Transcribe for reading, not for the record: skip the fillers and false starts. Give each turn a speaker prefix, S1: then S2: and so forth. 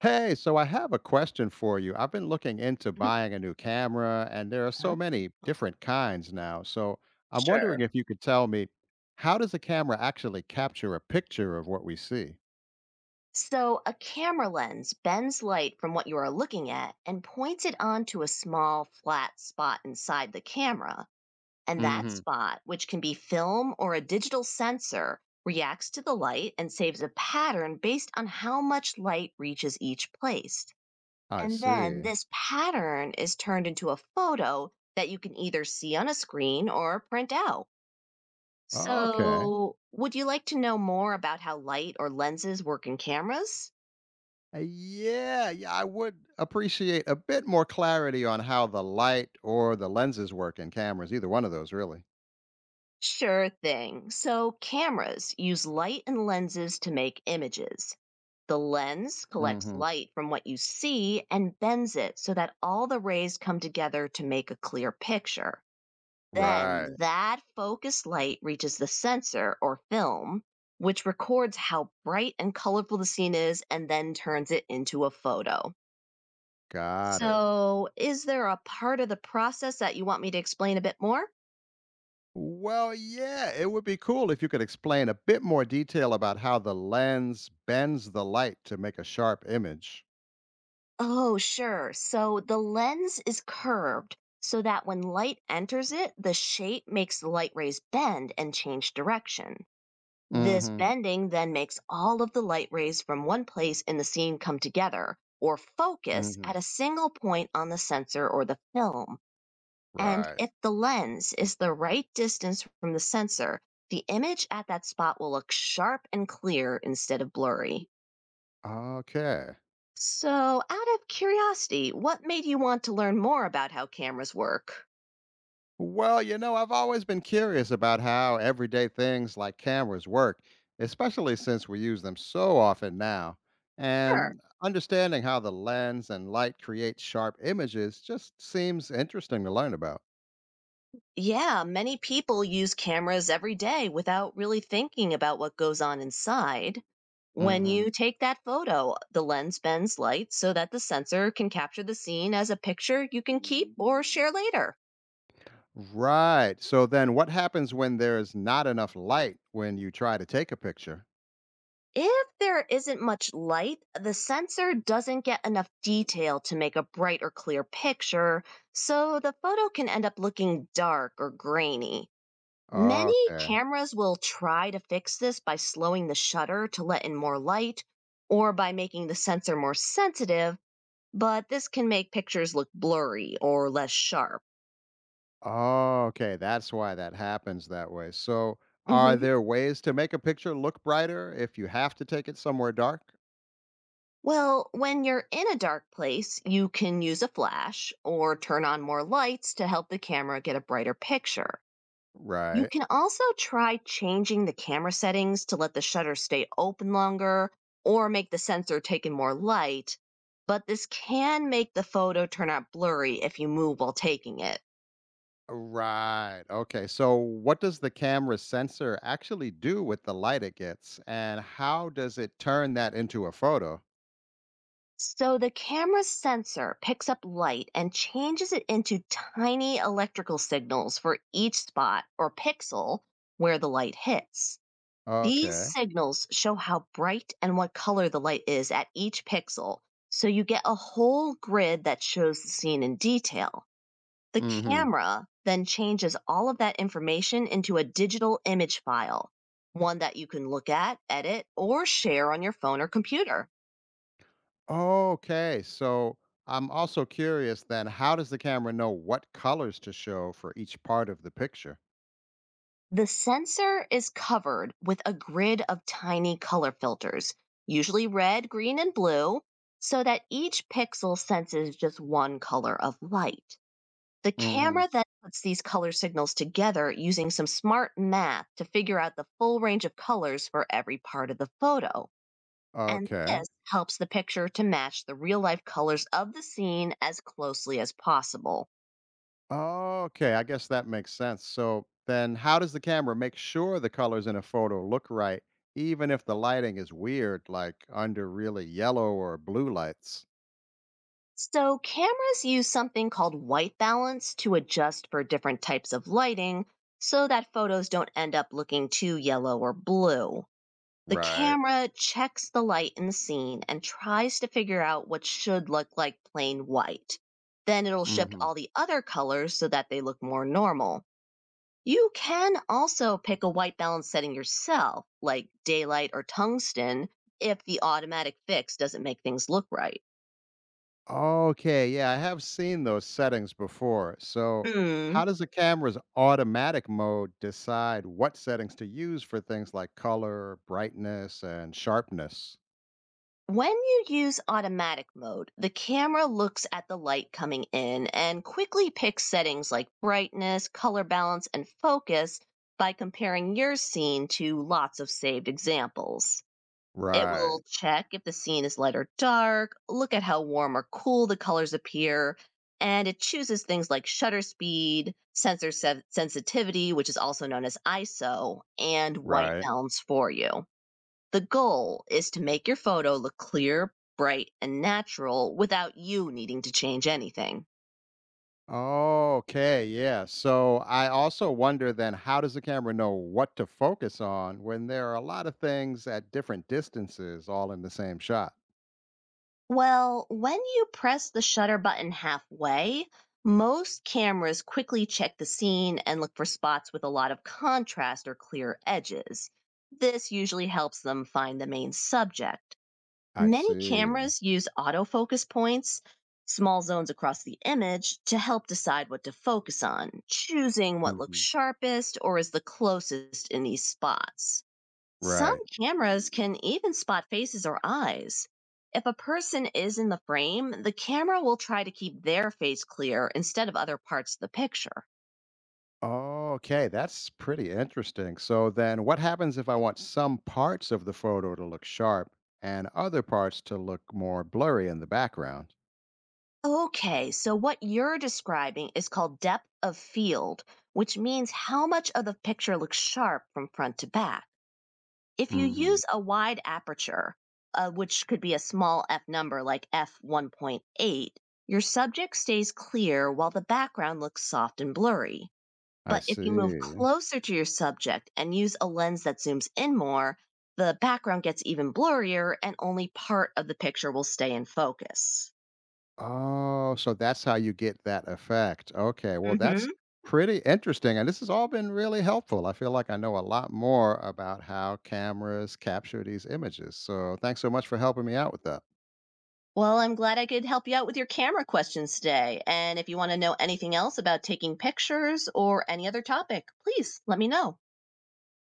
S1: Hey, so I have a question for you. I've been looking into
S2: Mhm.
S1: buying a new camera, and there are so
S2: Uh-huh.
S1: many different kinds now. So I'm wondering
S2: Sure.
S1: if you could tell me, how does a camera actually capture a picture of what we see?
S2: So, a camera lens bends light from what you are looking at and points it onto a small, flat spot inside the camera. And that
S1: Hmm,
S2: spot, which can be film or a digital sensor, reacts to the light and saves a pattern based on how much light reaches each place.
S1: I
S2: And then
S1: see.
S2: this pattern is turned into a photo that you can either see on a screen or print out.
S1: Okay.
S2: So, would you like to know more about how light or lenses work in cameras?
S1: Yeah, yeah, I would appreciate a bit more clarity on how the light or the lenses work in cameras, either one of those, really.
S2: Sure thing. So, cameras use light and lenses to make images. The lens collects
S1: Hmm.
S2: light from what you see and bends it so that all the rays come together to make a clear picture. Then,
S1: Right.
S2: that focused light reaches the sensor or film, which records how bright and colorful the scene is and then turns it into a photo.
S1: Got it.
S2: So, is there a part of the process that you want me to explain a bit more?
S1: Well, yeah, it would be cool if you could explain a bit more detail about how the lens bends the light to make a sharp image.
S2: Oh, sure. So the lens is curved so that when light enters it, the shape makes the light rays bend and change direction.
S1: Mm
S2: This
S1: hmm.
S2: bending then makes all of the light rays from one place in the scene come together or
S1: Mm
S2: focus
S1: hmm.
S2: at a single point on the sensor or the film. And
S1: Right.
S2: if the lens is the right distance from the sensor, the image at that spot will look sharp and clear instead of blurry.
S1: Okay.
S2: So, out of curiosity, what made you want to learn more about how cameras work?
S1: Well, you know, I've always been curious about how everyday things like cameras work, especially since we use them so often now.
S2: Sure.
S1: And understanding how the lens and light create sharp images just seems interesting to learn about.
S2: Yeah, many people use cameras every day without really thinking about what goes on inside. When you take that photo, the lens bends light so that the sensor can capture the scene as a picture you can keep or share later.
S1: Right. So then what happens when there's not enough light when you try to take a picture?
S2: If there isn't much light, the sensor doesn't get enough detail to make a bright or clear picture, so the photo can end up looking dark or grainy. Many
S1: Okay.
S2: cameras will try to fix this by slowing the shutter to let in more light or by making the sensor more sensitive, but this can make pictures look blurry or less sharp.
S1: Okay, that's why that happens that way. So are
S2: Mm-hmm.
S1: there ways to make a picture look brighter if you have to take it somewhere dark?
S2: Well, when you're in a dark place, you can use a flash or turn on more lights to help the camera get a brighter picture. You
S1: Right.
S2: can also try changing the camera settings to let the shutter stay open longer or make the sensor take in more light, but this can make the photo turn out blurry if you move while taking it.
S1: Right. Okay. So what does the camera sensor actually do with the light it gets, and how does it turn that into a photo?
S2: So the camera's sensor picks up light and changes it into tiny electrical signals for each spot or pixel where the light hits. These
S1: Okay.
S2: signals show how bright and what color the light is at each pixel, so you get a whole grid that shows the scene in detail. The
S1: Mhm.
S2: camera then changes all of that information into a digital image file, one that you can look at, edit, or share on your phone or computer.
S1: Okay, so I'm also curious then, how does the camera know what colors to show for each part of the picture?
S2: The sensor is covered with a grid of tiny color filters, usually red, green, and blue, so that each pixel senses just one color of light. The
S1: Hmm.
S2: camera then puts these color signals together using some smart math to figure out the full range of colors for every part of the photo. And
S1: Okay.
S2: this helps the picture to match the real life colors of the scene as closely as possible.
S1: Okay, I guess that makes sense. So then, how does the camera make sure the colors in a photo look right, even if the lighting is weird, like under really yellow or blue lights?
S2: So, cameras use something called white balance to adjust for different types of lighting so that photos don't end up looking too yellow or blue. The
S1: Right.
S2: camera checks the light in the scene and tries to figure out what should look like plain white. Then it'll shift all the other colors so that they look more normal. You can also pick a white balance setting yourself, like daylight or tungsten, if the automatic fix doesn't make things look right.
S1: Okay, yeah, I have seen those settings before. So,
S2: Hmm,
S1: how does the camera's automatic mode decide what settings to use for things like color, brightness, and sharpness?
S2: When you use automatic mode, the camera looks at the light coming in and quickly picks settings like brightness, color balance, and focus by comparing your scene to lots of saved examples. It
S1: Right,
S2: will check if the scene is light or dark, look at how warm or cool the colors appear, and it chooses things like shutter speed, sensitivity, which is also known as ISO, and white
S1: right.
S2: balance for you. The goal is to make your photo look clear, bright, and natural without you needing to change anything.
S1: Okay, yeah. So, I also wonder then, how does the camera know what to focus on when there are a lot of things at different distances all in the same shot?
S2: Well, when you press the shutter button halfway, most cameras quickly check the scene and look for spots with a lot of contrast or clear edges. This usually helps them find the main subject.
S1: I
S2: Many
S1: see.
S2: cameras use autofocus points, small zones across the image, to help decide what to focus on, choosing what looks
S1: Mhm.
S2: sharpest or is the closest in these spots. Some
S1: Right.
S2: cameras can even spot faces or eyes. If a person is in the frame, the camera will try to keep their face clear instead of other parts of the picture.
S1: Okay, that's pretty interesting. So then what happens if I want some parts of the photo to look sharp and other parts to look more blurry in the background?
S2: Okay, so what you're describing is called depth of field, which means how much of the picture looks sharp from front to back. If you
S1: Mhm.
S2: use a wide aperture, which could be a small f number like f1.8, your subject stays clear while the background looks soft and blurry.
S1: I
S2: But if you move
S1: see.
S2: closer to your subject and use a lens that zooms in more, the background gets even blurrier and only part of the picture will stay in focus.
S1: Oh, so that's how you get that effect. Okay. Well, that's
S2: hmm
S1: pretty interesting, and this has all been really helpful. I feel like I know a lot more about how cameras capture these images. So, thanks so much for helping me out with that.
S2: Well, I'm glad I could help you out with your camera questions today. And if you want to know anything else about taking pictures or any other topic, please let me know.